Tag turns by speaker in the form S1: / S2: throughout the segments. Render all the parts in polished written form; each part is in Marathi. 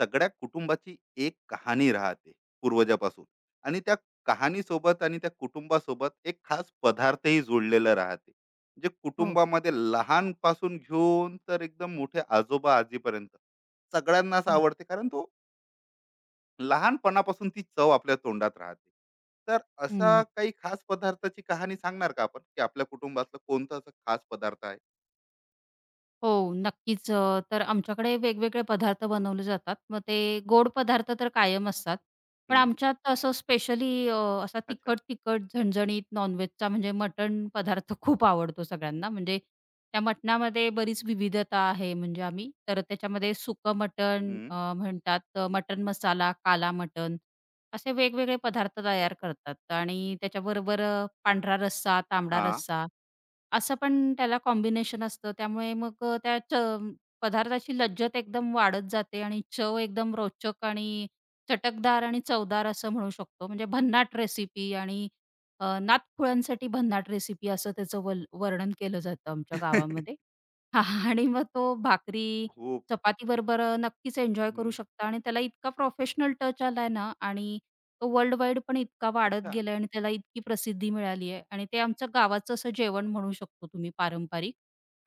S1: सगळ्या कुटुंबाची एक कहाणी राहते पूर्वजापासून. आणि त्या कहाणीसोबत आणि त्या कुटुंबासोबत एक खास पदार्थही जोडलेला राहते, जे
S2: हो,
S1: कुटुंबामध्ये लहानपासून घेऊन तर एकदम मोठे आजोबा आजीपर्यंत सगळ्यांनाच
S2: हो.
S1: आवडते, कारण तो लहानपणापासून ती चव आपल्या तोंडात राहते. तर असा
S2: हं.
S1: काही खास पदार्थाची कहाणी सांगणार का आपण, की आपल्या कुटुंबातलं कोणतं असं खास पदार्थ आहे?
S2: हो, नक्कीच. तर आमच्याकडे वेगवेगळे पदार्थ बनवले जातात. मग ते गोड पदार्थ तर कायम असतात. पण
S1: हम्म.
S2: आमच्यात असं स्पेशली असा
S1: अच्छा.
S2: तिखट-तिखट, झणझणीत नॉनव्हेजचा म्हणजे मटण पदार्थ खूप आवडतो सगळ्यांना. म्हणजे त्या मटणामध्ये बरीच विविधता आहे. म्हणजे आम्ही तर त्याच्यामध्ये सुकं मटण
S1: हम्म.
S2: म्हणतात, मटण मसाला, काला मटण असे वेगवेगळे पदार्थ
S1: अरे
S2: तयार
S1: वा.
S2: करतात आणि त्याच्याबरोबर पांढरा रस्सा, तांबडा
S1: हा.
S2: रस्सा असं पण त्याला कॉम्बिनेशन असतं. त्यामुळे मग त्या पदार्थाची लज्जत एकदम वाढत जाते आणि चव एकदम रोचक आणि चटकदार आणि चवदार असं म्हणू शकतो. म्हणजे भन्नाट रेसिपी आणि नातखुळ्यांसाठी भन्नाट रेसिपी असं त्याचं वर्णन केलं जातं आमच्या गावामध्ये. हां, आणि मग तो भाकरी,
S1: खूप.
S2: चपातीबरोबर नक्कीच एन्जॉय करू
S1: हम्म.
S2: शकता आणि त्याला इतका प्रोफेशनल टच आलाय ना आणि तो वर्ल्ड वाईड पण इतका वाढत
S1: अच्छा.
S2: गेलाय आणि त्याला इतकी प्रसिद्धी मिळाली आहे आणि ते आमचं गावाचं असं जेवण म्हणू शकतो तुम्ही पारंपरिक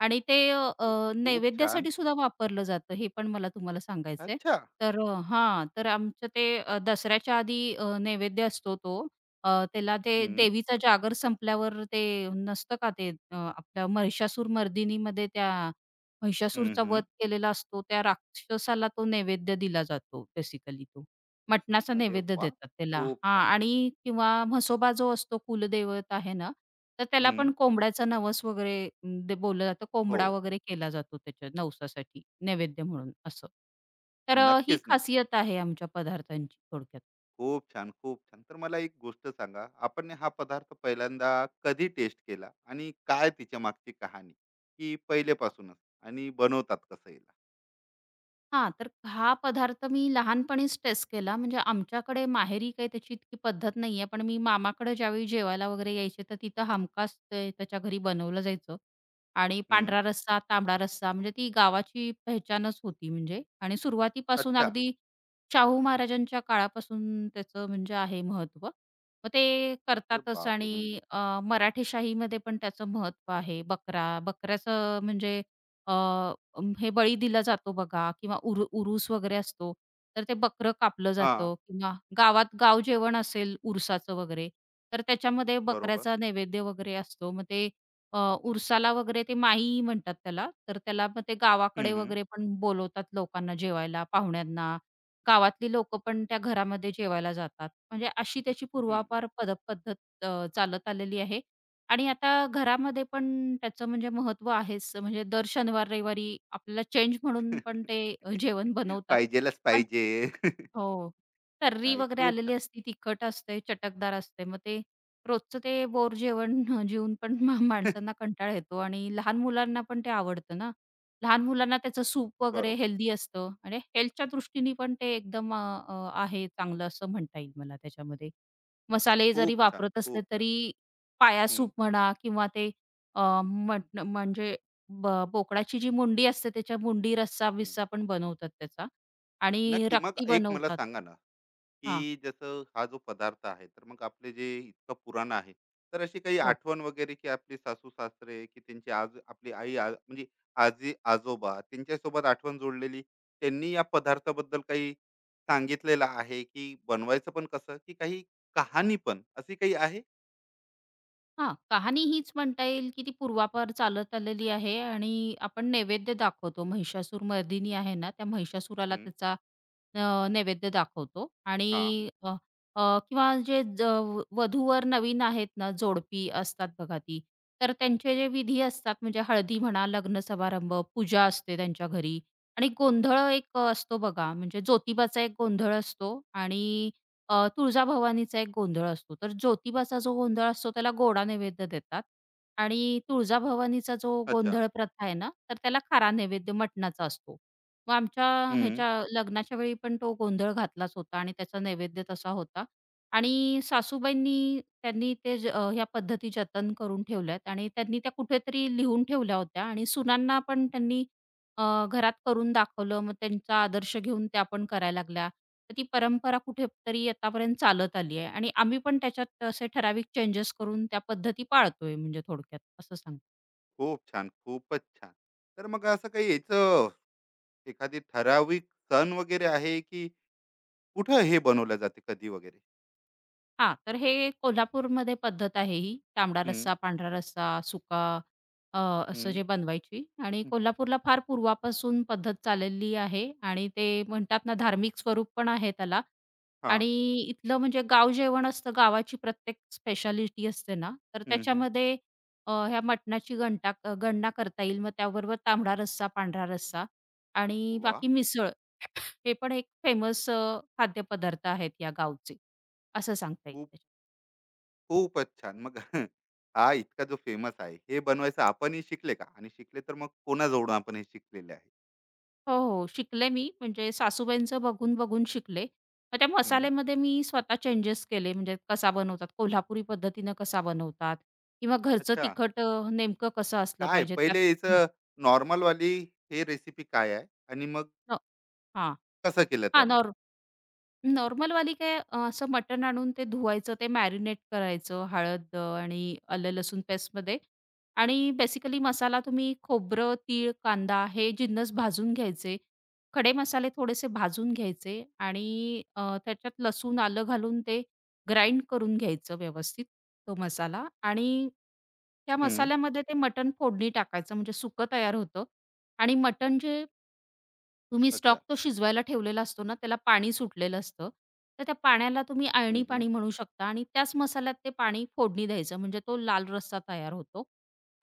S2: आणि ते
S1: ते खूप छान.
S2: नैवेद्यासाठी सुद्धा वापरलं जातं, हे पण मला तुम्हाला सांगायचंय.
S1: अच्छा.
S2: तर हां, तर आमचं ते दसऱ्याच्या आधी नैवेद्य असतो तो त्याला ते
S1: हं,
S2: देवीचा जागर संपल्यावर ते नसतं का ते आपल्या महिषासूर मर्दिनीमध्ये त्या
S1: हं,
S2: महिषासूरचा
S1: हं.
S2: वध केलेला असतो, त्या राक्षसाला तो नैवेद्य दिला जातो बेसिकली तो. मटणाचा
S1: अरे
S2: नैवेद्य
S1: वाह!
S2: देतात त्याला
S1: खूप
S2: हां
S1: छान.
S2: आणि किंवा म्हसोबा जो असतो कुलदैवत आहे ना, तर त्याला
S1: हं.
S2: पण कोंबड्याचा नवस वगैरे ते बोललं जातं.
S1: हो,
S2: कोंबडा वगैरे केला जातो त्याच्या नवसासाठी नैवेद्य म्हणून असं. तर ही
S1: नक्कीच ना.
S2: खासियत आहे आमच्या पदार्थांची थोडक्यात.
S1: खूप छान, खूप छान. तर मला एक गोष्ट सांगा, आपण हा पदार्थ पहिल्यांदा कधी टेस्ट केला, आणि काय तिच्या मागची कहाणी? की पहिलेपासूनच? आणि बनवतात कसं याला?
S2: हां, तर हा पदार्थ मी लहानपणीच टेस्ट केला. म्हणजे आमच्याकडे माहेरी काही त्याची इतकी पद्धत नाहीये. पण मी मामाकडे ज्यावेळी जेवायला वगैरे यायचे, तर तिथं हमखास ते त्याच्या घरी बनवलं जायचं. आणि
S1: हं.
S2: पांढरा रस्सा, तांबडा रस्सा म्हणजे ती गावाची पेहचानच होती म्हणजे आणि सुरुवातीपासून
S1: अच्छा.
S2: अगदी शाहू महाराजांच्या काळापासून त्याचं म्हणजे आहे महत्त्व. मग ते
S1: अरे
S2: करतातच
S1: बापरे! म्हणजे
S2: आणि मराठेशाहीमध्ये पण त्याचं महत्त्व आहे. बकरा, बकऱ्याचं म्हणजे हे बळी दिला जातो बघा किंवा उरूस वगैरे असतो, तर ते बकरं कापलं
S1: हां,
S2: जातं किंवा गावात गाव जेवण असेल उरसाचं वगैरे, तर त्याच्यामध्ये
S1: बरोबर.
S2: बकऱ्याचा नैवेद्य वगैरे असतो. मग ते उरसाला वगैरे ते माई म्हणतात त्याला, तर त्याला मग ते
S1: हं,
S2: गावाकडे
S1: हं,
S2: वगैरे पण बोलवतात लोकांना जेवायला, पाहुण्यांना. गावातली लोकं पण त्या घरामध्ये जेवायला जातात. म्हणजे अशी त्याची
S1: हं.
S2: पूर्वापार पद्धत चालत आलेली आहे. आणि आता घरामध्ये पण त्याचं म्हणजे महत्त्व आहेच. म्हणजे दर शनिवार-रविवारी आपल्याला चेंज म्हणून पण ते जेवण बनवतात.
S1: पाहिजेलाच पाहिजे.
S2: हो. तर्री
S1: नाही,
S2: वगैरे
S1: खूप छान.
S2: आलेली असती, तिखट असते, चटकदार असते. मग ते रोजचं ते बोर जेवण जेवून पण माणसांना कंटाळा येतो आणि लहान मुलांना पण ते आवडतं ना. लहान मुलांना त्याचं सूप वगैरे
S1: बरोबर.
S2: हेल्दी असतं आणि हेल्थच्या दृष्टीने पण ते एकदम अ, अ, आहे चांगलं असं म्हणता येईल मला त्याच्यामध्ये. मसाले जरी
S1: खूप छान,
S2: वापरत असले
S1: खूप छान.
S2: तरी पाया
S1: हं,
S2: सूप म्हणा किंवा ते अ, मट म्हणजे बोकडाची जी मुंडी असते त्याच्या मुंडी
S1: हं.
S2: रस्सा-बिस्सा पण बनवतात त्याचा. आणि
S1: नक्की. मग
S2: रक्ती
S1: एक मला
S2: बनवतात.
S1: सांगा ना,
S2: हां,
S1: की जसं हा जो पदार्थ आहे, तर मग आपले जे इतकं पुराण आहे, तर अशी काही
S2: हो.
S1: आठवण वगैरे, की आपले सासू-सासरे की त्यांची आज आपली आई आ म्हणजे आजी-आजोबा त्यांच्यासोबत आठवण जोडलेली, त्यांनी या पदार्थाबद्दल काही सांगितलेलं आहे, की बनवायचं पण कसं, की काही कहाणी पण अशी काही आहे?
S2: हां, कहाणी हीच म्हणता येईल, की ती पूर्वापार चालत आलेली आहे आणि आपण नैवेद्य दाखवतो. महिषासूर मर्दिनी आहे ना, त्या महिषासुराला
S1: हं,
S2: त्याचा नैवेद्य दाखवतो आणि
S1: हां.
S2: अ, अ, किंवा जे वधूवर नवीन आहेत ना, जोडपी असतात बघा ती, तर त्यांचे जे विधी असतात म्हणजे हळदी म्हणा, लग्न समारंभ, पूजा असते त्यांच्या घरी आणि गोंधळ एक असतो बघा, म्हणजे ज्योतिबाचा एक गोंधळ असतो आणि तुळजाभवानीचा एक गोंधळ असतो. तर ज्योतिबाचा जो गोंधळ असतो त्याला गोडा नैवेद्य देतात आणि तुळजाभवानीचा जो
S1: अच्छा.
S2: गोंधळ प्रथा आहे ना, तर त्याला खारा नैवेद्य मटणाचा असतो. मग आमच्या
S1: हं.
S2: ह्याच्या लग्नाच्या वेळी पण तो गोंधळ घातलाच होता आणि त्याचा नैवेद्य तसा होता आणि सासूबाईंनी त्यांनी ते ह्या पद्धती जतन करून ठेवल्यात आणि त्यांनी त्या कुठेतरी लिहून ठेवल्या होत्या आणि सुनांना पण त्यांनी घरात करून दाखवलं, मग त्यांचा आदर्श घेऊन त्या पण करायला लागल्या. तर ती परंपरा कुठेतरी आतापर्यंत चालत आली आहे आणि आम्ही पण त्याच्यात असे ठराविक चेंजेस करून त्या पद्धती पाळतोय म्हणजे थोडक्यात असं सांगतो.
S1: खूप छान, खूपच छान. तर मग असं काही याचं एखादी ठराविक सण वगैरे आहे, की कुठं हे बनवल्या जाते कधी वगैरे?
S2: हां, तर हे कोल्हापूरमध्ये पद्धत आहे ही तांबडा
S1: हं,
S2: रस्सा, पांढरा रस्सा, सुका अ,
S1: हं,
S2: असं जे बनवायची आणि
S1: हं.
S2: कोल्हापूरला फार पूर्वापासून पद्धत चाललेली आहे आणि ते म्हणतात ना धार्मिक स्वरूप पण आहे त्याला.
S1: हां.
S2: आणि इथलं म्हणजे गाव जेवण असतं, गावाची प्रत्येक स्पेशालिटी असते ना, तर
S1: हं, हं.
S2: त्याच्यामध्ये ह्या मटणाची घंटा गणना करता येईल. मग त्याबरोबर तांबडा रस्सा, पांढरा रस्सा आणि
S1: वाह!
S2: बाकी मिसळ हे पण एक फेमस खाद्यपदार्थ आहेत या गावचे, असं सांगता येईल
S1: खूप.
S2: त्याच्यात.
S1: खूपच छान. मग हा इतका जो फेमस आहे, हे बनवायचं आपणही शिकले का? आणि शिकले तर मग कोणाजवळून आपण हे शिकलेले आहे?
S2: हो, हो. शिकले मी म्हणजे सासूबाईंचं बघून-बघून शिकले. मग त्या
S1: हं.
S2: मसाल्यामध्ये मी स्वतः चेंजेस केले म्हणजे कसा बनवतात, कोल्हापुरी पद्धतीनं कसा बनवतात किंवा घरचं
S1: अच्छा.
S2: तिखट नेमकं कसं असलं
S1: काय
S2: पाहिजे त्यात
S1: पहिले याचं नॉर्मल वाली हे रेसिपी काय आहे? आणि मग
S2: न हां.
S1: कसं केलं
S2: हां,
S1: त्यामध्ये?
S2: नॉर्मलवाली काय असं मटण आणून ते धुवायचं, ते मॅरिनेट करायचं हळद आणि आलं लसूण पेस्टमध्ये आणि बेसिकली मसाला तुम्ही खोबरं, तीळ, कांदा हे जिन्नस भाजून घ्यायचे. खडे मसाले थोडेसे भाजून घ्यायचे आणि त्याच्यात लसूण, आलं घालून ते ग्राइंड करून घ्यायचं व्यवस्थित तो मसाला आणि त्या
S1: हं.
S2: मसाल्यामध्ये ते मटण फोडणी टाकायचं म्हणजे सुकं तयार होतं आणि मटण जे तुम्ही स्टॉक
S1: अच्छा.
S2: तो शिजवायला ठेवलेला असतो ना, त्याला पाणी सुटलेलं असतं. तर त्या पाण्याला तुम्ही अळणी
S1: हं, हं.
S2: पाणी म्हणू शकता आणि त्याच मसाल्यात ते पाणी फोडणी द्यायचं म्हणजे तो लाल रस्सा तयार होतो.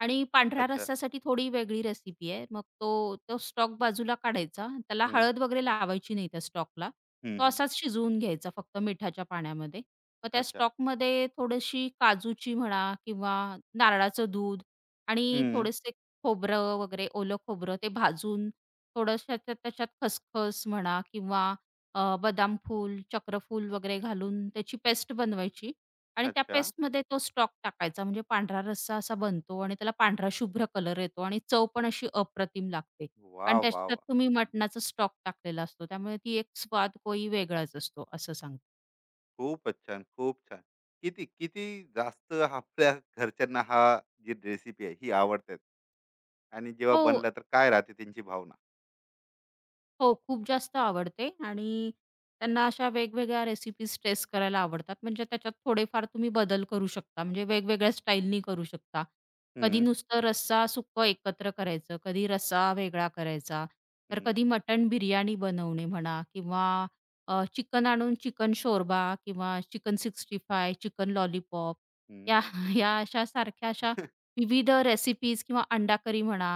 S2: आणि पांढऱ्या
S1: अच्छा.
S2: रस्स्यासाठी थोडी वेगळी रेसिपी आहे. मग तो तो स्टॉक बाजूला काढायचा. त्याला
S1: हं.
S2: हळद वगैरे लावायची नाही त्या स्टॉकला.
S1: हं,
S2: तो
S1: हं.
S2: असाच शिजवून घ्यायचा फक्त मिठाच्या पाण्यामध्ये. मग त्या
S1: अच्छा.
S2: स्टॉकमध्ये थोडीशी काजूची म्हणा किंवा नारळाचं दूध आणि
S1: हं.
S2: थोडेसे खोबरं वगैरे, ओलं खोबरं ते भाजून थोडंसं त्याच्यात खसखस म्हणा किंवा बदाम फूल, चक्रफूल वगैरे घालून त्याची पेस्ट बनवायची आणि त्या
S1: अच्छा.
S2: पेस्टमध्ये तो स्टॉक टाकायचा. म्हणजे पांढरा रस्सा असा बनतो आणि त्याला पांढरा शुभ्र कलर येतो आणि चव पण अशी अप्रतिम लागते.
S1: वाह,
S2: आणि
S1: वाह,
S2: त्याच्यात
S1: वाह!
S2: तुम्ही मटणाचा स्टॉक टाकलेला असतो. त्यामुळे ती एक स्वाद कोई वेगळाच असतो, असं सांगते.
S1: खूपच छान, खूप छान. किती, किती जास्त आपल्या घरच्यांना हा जी रेसिपी आहे, ही आवडते? आणि जेव्हा
S2: हो.
S1: बनला तर काय राहते त्यांची भावना?
S2: हो, खूप जास्त आवडते आणि त्यांना अशा वेगवेगळ्या रेसिपीज टेस्ट करायला आवडतात. म्हणजे त्याच्यात थोडेफार तुम्ही बदल करू शकता. म्हणजे वेगवेगळ्या स्टाईलनी करू शकता. कधी
S1: हं,
S2: नुसतं रस्सा, सुक्कं एकत्र करायचं, कधी रस्सा वेगळा करायचा, तर
S1: हं,
S2: कधी मटण बिर्याणी बनवणे म्हणा किंवा चिकन आणून चिकन शोरबा किंवा चिकन 65, चिकन लॉलीपॉप
S1: हं,
S2: या या अशा सारख्या अशा विविध रेसिपीज किंवा अंडा करी म्हणा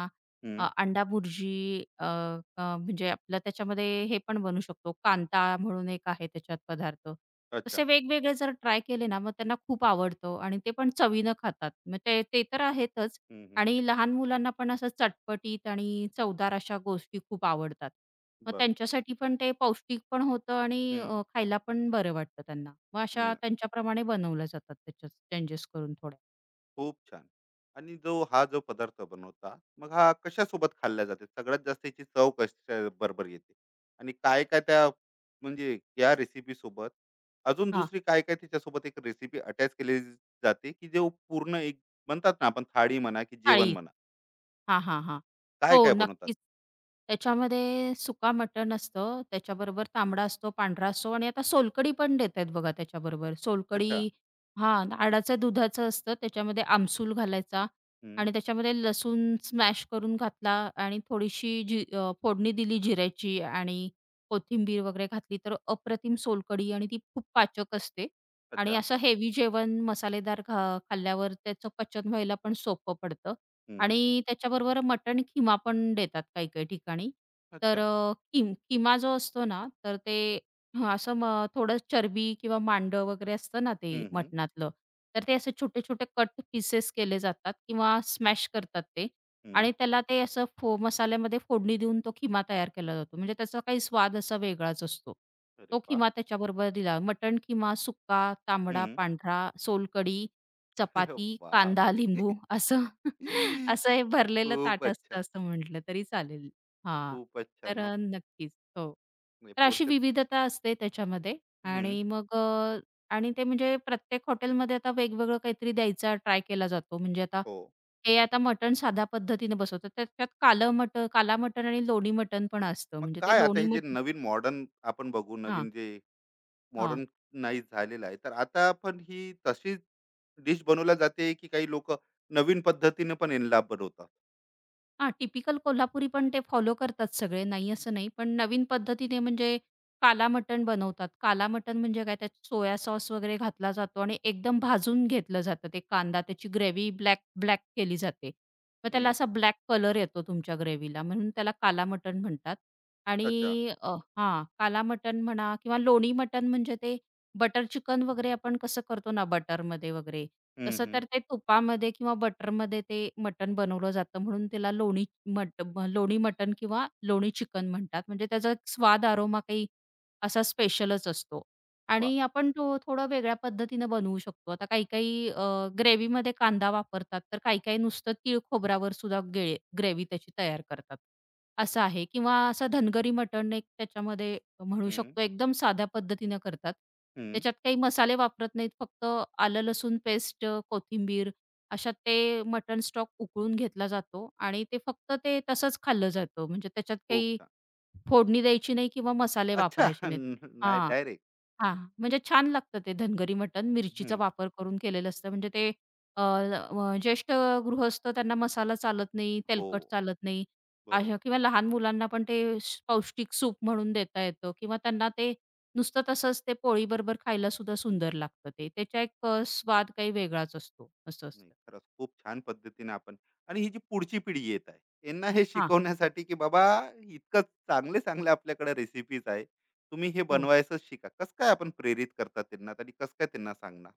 S1: हं.
S2: अंडा भुर्जी अ, अ, म्हणजे आपलं त्याच्यामध्ये हे पण बनू शकतो, कांता म्हणून एक आहे त्याच्यात पदार्थ. तसे
S1: अच्छा.
S2: वेगवेगळे जर ट्राय केले ना, मग त्यांना खूप आवडतं आणि ते पण चवीनं खातात. मग ते ते तर आहेतच
S1: हं, हं.
S2: आणि लहान मुलांना पण असं चटपटीत आणि चवदार अशा गोष्टी खूप आवडतात. मग
S1: बरोबर.
S2: त्यांच्यासाठी पण ते पौष्टिक पण होतं आणि
S1: हं.
S2: खायला पण बरं वाटतं त्यांना. मग अशा त्यांच्याप्रमाणे बनवल्या जातात त्याच्या चेंजेस करून थोड्या.
S1: खूप छान. आणि जो हा जो पदार्थ बनवता, मग हा कशासोबत खाल्ला जाते? सगळ्यात जास्त याची चव कशा बरोबर येते? आणि काय-काय त्या म्हणजे या रेसिपी सोबत अजून
S2: हां,
S1: दुसरी काय-काय त्याच्यासोबत एक रेसिपी अटॅच केली जाते, की जो पूर्ण एक म्हणतात ना आपण थाळी म्हणा, की जेवण
S2: थाळी
S1: म्हणा,
S2: हां, हां, हां. हो,
S1: काय-काय बनवतात?
S2: नक्कीच. त्याच्यामध्ये सुका मटण असतं, त्याच्याबरोबर तांबडा असतो, पांढरा असतो आणि आता सोलकढी पण देतायत बघा त्याच्याबरोबर. सोलकढी
S1: अच्छा.
S2: हां, आडाचं दुधाचं असतं, त्याच्यामध्ये आमसूल घालायचा
S1: हं.
S2: आणि त्याच्यामध्ये लसूण स्मॅश करून घातला आणि थोडीशी जी फोडणी दिली जिऱ्याची आणि कोथिंबीर वगैरे घातली, तर अप्रतिम सोलकढी आणि ती खूप पाचक असते आणि
S1: अच्छा.
S2: असं हेवी जेवण मसालेदार खाल्ल्यावर त्याचं पचन व्हायला पण सोपं पडतं.
S1: हं.
S2: आणि त्याच्याबरोबर मटण किमा पण देतात काही काही ठिकाणी. तर
S1: अच्छा.
S2: अ, किम किमा जो असतो ना, तर ते हं, असं म थोडं चरबी किंवा मांडं वगैरे असतं ना ते
S1: हं, हं.
S2: मटणातलं, तर ते असे छोटे-छोटे कट पीसेस केले जातात किंवा स्मॅश करतात ते
S1: हं.
S2: आणि त्याला ते असं मसाल्यामध्ये फोडणी देऊन तो किमा तयार केला जातो. म्हणजे त्याचा काही स्वाद असा वेगळाच असतो.
S1: अरे
S2: तो
S1: वाह!
S2: किमा त्याच्याबरोबर दिला. मटण किमा सुक्का, तांबडा,
S1: हं.
S2: पांढरा, सोलकढी,
S1: अरे
S2: चपाती, कांदा,
S1: बापरे!
S2: लिंबू असं असं हे भरलेलं ताट
S1: खूपच
S2: असतं
S1: छान,
S2: असं म्हटलं तरी चालेल. हां.
S1: खूपच छान.
S2: तर
S1: मग
S2: नक्कीच. हो. तर अशी
S1: पोर्शन.
S2: विविधता असते त्याच्यामध्ये आणि मग आणि ते म्हणजे प्रत्येक हॉटेलमध्ये आता वेगवेगळं काहीतरी द्यायचा ट्राय केला जातो. म्हणजे आता
S1: हो.
S2: हे आता मटण साध्या पद्धतीने बसवतात. त्याच्यात कालं मटण काला मटण आणि लोणी मटण पण असतं.
S1: मग
S2: म्हणजे ते
S1: काय आता
S2: लोणी
S1: हे जे
S2: मटण
S1: नवीन मॉडर्न आपण बघू,
S2: हां.
S1: नवीन जे मॉडर्न नाही झालेलं आहे, तर आता पण ही तशीच डिश बनवल्या जाते, की काही लोक नवीन पद्धतीने पण यांना बनवतात?
S2: हां, टिपिकल कोल्हापुरी पण ते फॉलो करतात सगळे, नाही असं नाही. पण नवीन पद्धतीने म्हणजे काला मटण बनवतात. काला मटण म्हणजे काय त्यात सोया सॉस वगैरे घातला जातो आणि एकदम भाजून घेतलं जातं ते कांदा. त्याची ग्रेव्ही ब्लॅक ब्लॅक केली जाते. मग त्याला
S1: हम्म.
S2: असा ब्लॅक कलर येतो तुमच्या ग्रेव्हीला म्हणून त्याला काला मटण म्हणतात. आणि
S1: अच्छा.
S2: हां, काला मटण म्हणा किंवा लोणी मटण म्हणजे ते बटर चिकन वगैरे आपण कसं करतो ना बटरमध्ये वगैरे,
S1: हम्म,
S2: तसं
S1: हम्म.
S2: तर ते तुपामध्ये किंवा बटरमध्ये ते मटण बनवलं जातं म्हणून त्याला लोणी मट म लोणी मटण किंवा लोणी चिकन म्हणतात. म्हणजे त्याचा एक स्वाद, अरोमा काही असा स्पेशलच असतो
S1: वा.
S2: आणि आपण तो थोडं वेगळ्या पद्धतीनं बनवू शकतो. आता काही-काही ग्रेव्हीमध्ये कांदा वापरतात, तर काही-काही नुसतं तीळ खोबऱ्यावर सुद्धा ग्रेव्ही त्याची तयार करतात.
S1: अरे.
S2: असं आहे किंवा असा धनगरी मटण एक त्याच्यामध्ये म्हणू
S1: हम्म,
S2: शकतो एकदम साध्या पद्धतीनं करतात.
S1: हम्म.
S2: त्याच्यात काही मसाले वापरत नाहीत. फक्त आलं, लसूण पेस्ट, कोथिंबीर अशा ते मटण स्टॉक उकळून घेतला जातो आणि ते फक्त ते तसंच खाल्लं जातं. म्हणजे त्याच्यात
S1: खूप
S2: काही
S1: छान.
S2: फोडणी द्यायची नाही किंवा मसाले
S1: अच्छा.
S2: वापरायचे नाहीत.
S1: नाही,
S2: हां.
S1: डायरेक्ट.
S2: हां, म्हणजे छान लागतं ते धनगरी मटण मिरचीचा
S1: हम्म.
S2: वापर करून केलेलं असतं. म्हणजे ते अ, अ, ज्येष्ठ गृहस्थ त्यांना मसाला चालत नाही,
S1: हो.
S2: तेलकट चालत नाही. अशा
S1: बरोबर.
S2: किंवा लहान मुलांना पण ते पौष्टिक सूप म्हणून देता येतं किंवा त्यांना ते नुसतं तसंच ते पोळीबरोबर खायला सुद्धा सुंदर लागतं ते. त्याचा एक स्वाद काही वेगळाच असतो, असं
S1: नाही,
S2: असतं.
S1: खरंच खूप छान पद्धतीने आपण. आणि ही जी पुढची पिढी येत आहे, यांना हे
S2: हां,
S1: शिकवण्यासाठी की बाबा इतकं चांगले चांगले आपल्याकडे रेसिपीज आहे, तुम्ही हे
S2: हो.
S1: बनवायचं शिका, कसं काय आपण प्रेरित करता त्यांना आणि कसं काय त्यांना सांगणार?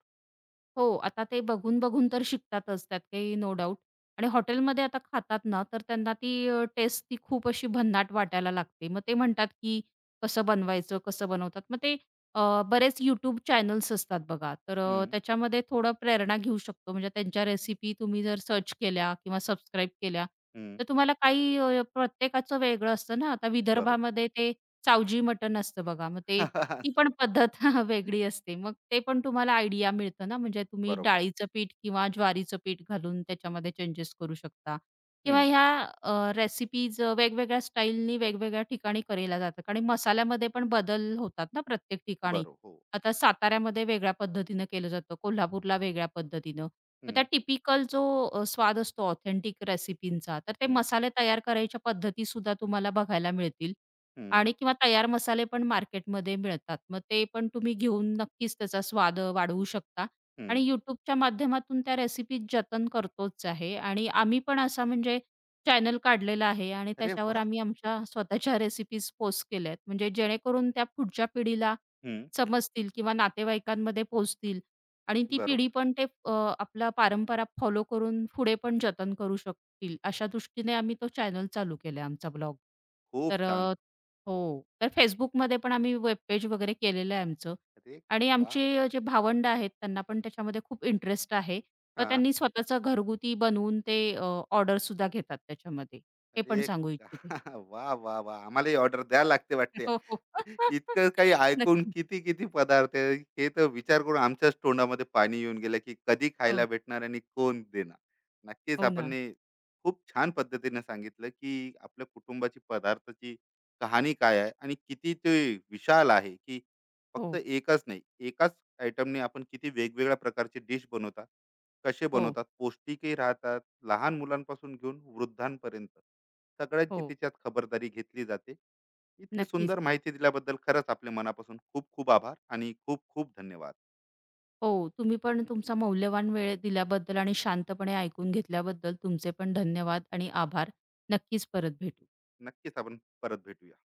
S2: हो, आता ते बघून-बघून तर शिकतातच, त्यात काही नो डाऊट आणि हॉटेलमध्ये आता खातात ना, तर त्यांना ती टेस्ट ती खूप अशी भन्नाट वाटायला लागते. मग ते म्हणतात, की कसं बनवायचं, कसं बनवतात. मग ते बरेच YouTube चॅनल्स असतात बघा, तर
S1: हम्म.
S2: त्याच्यामध्ये थोडं प्रेरणा घेऊ शकतो. म्हणजे त्यांच्या रेसिपी तुम्ही जर सर्च केल्या किंवा सबस्क्राईब केल्या,
S1: हम्म.
S2: तर तुम्हाला काही प्रत्येकाचं वेगळं असतं ना. आता
S1: बरोबर.
S2: विदर्भामध्ये ते सावजी मटण असतं बघा, मग ते ती पण
S1: सगळं.
S2: पद्धत वेगळी असते. मग ते पण तुम्हाला आयडिया मिळतं ना, म्हणजे तुम्ही
S1: बरोबर.
S2: डाळीचं पीठ किंवा ज्वारीचं पीठ घालून त्याच्यामध्ये चेंजेस करू शकता किंवा
S1: हम्म.
S2: ह्या रेसिपीज वेगवेगळ्या स्टाईलनी वेगवेगळ्या ठिकाणी केल्या जातात आणि मसाल्यामध्ये पण बदल होतात ना प्रत्येक ठिकाणी.
S1: बरोबर. हो.
S2: आता साताऱ्यामध्ये वेगळ्या पद्धतीनं केलं जातं, कोल्हापूरला वेगळ्या पद्धतीनं. मग त्या
S1: हम्म.
S2: टिपिकल जो स्वाद असतो ऑथेंटिक रेसिपींचा, तर ते
S1: हम्म.
S2: मसाले तयार करायच्या पद्धतीसुद्धा तुम्हाला बघायला मिळतील.
S1: हम्म.
S2: आणि किंवा तयार मसाले पण मार्केटमध्ये मिळतात. मग ते पण तुम्ही घेऊन नक्कीच त्याचा स्वाद वाढवू शकता आणि
S1: हम्म.
S2: YouTubeच्या माध्यमातून त्या रेसिपी जतन करतोच आहे आणि आम्ही पण असा म्हणजे चॅनल काढलेला आहे आणि
S1: अरे
S2: त्याच्यावर
S1: वा.
S2: आम्ही आमच्या स्वतःच्या रेसिपीज पोस्ट केल्या आहेत. म्हणजे जेणेकरून त्या पुढच्या पिढीला
S1: हम्म.
S2: समजतील किंवा नातेवाईकांमध्ये पोहोचतील आणि ती पिढी
S1: बरोबर.
S2: पण ते आपला परंपरा फॉलो करून पुढे पण जतन करू शकतील. अशा दृष्टीने आम्ही तो चॅनल चालू केला आमचा ब्लॉग.
S1: खूप
S2: तर
S1: छान.
S2: हो. तर Facebookमध्ये पण आम्ही वेब पेज वगैरे केलेलं आहे आमचं
S1: अरे
S2: आणि
S1: वा.
S2: आमची जे भावंड आहेत त्यांना पण त्याच्यामध्ये खूप इंटरेस्ट आहे. मग
S1: हा.
S2: त्यांनी स्वतःचं घरगुती बनवून ते ऑर्डरसुद्धा घेतात त्याच्यामध्ये. हे पण
S1: अरे.
S2: सांगू इच्छिते.
S1: वा, वा, वा. आम्हाला ऑर्डर द्यायला लागते वाटते.
S2: हो, हो.
S1: इतकं काही ऐकून
S2: नक्कीच.
S1: किती किती पदार्थ आहे, हे तर विचार करून आमच्याच तोंडामध्ये पाणी येऊन गेलं, की कधी खायला
S2: हो,
S1: भेटणार आणि कोण देणार. नक्कीच
S2: हो
S1: आपण
S2: ना.
S1: हे खूप छान पद्धतीने सांगितलं, की आपल्या कुटुंबाची पदार्थाची कहाणी काय आहे आणि किती ते विशाल आहे, की फक्त
S2: हो,
S1: एकच नाही, एकाच आयटमने आपण किती वेगवेगळ्या प्रकारचे डिश बनवतात, कसे
S2: हो,
S1: बनवतात, पौष्टिकही राहतात, लहान मुलांपासून घेऊन वृद्धांपर्यंत सगळ्यांची
S2: हो.
S1: त्याच्यात खबरदारी घेतली जाते. इतकी
S2: नक्कीच.
S1: सुंदर माहिती दिल्याबद्दल खरंच आपले मनापासून खूप खूप आभार आणि खूप खूप धन्यवाद.
S2: हो, तुम्ही पण तुमचा मौल्यवान वेळ दिल्याबद्दल आणि शांतपणे ऐकून घेतल्याबद्दल तुमचे पण धन्यवाद आणि आभार. नक्कीच परत भेटू.
S1: नक्कीच आपण परत भेटूया.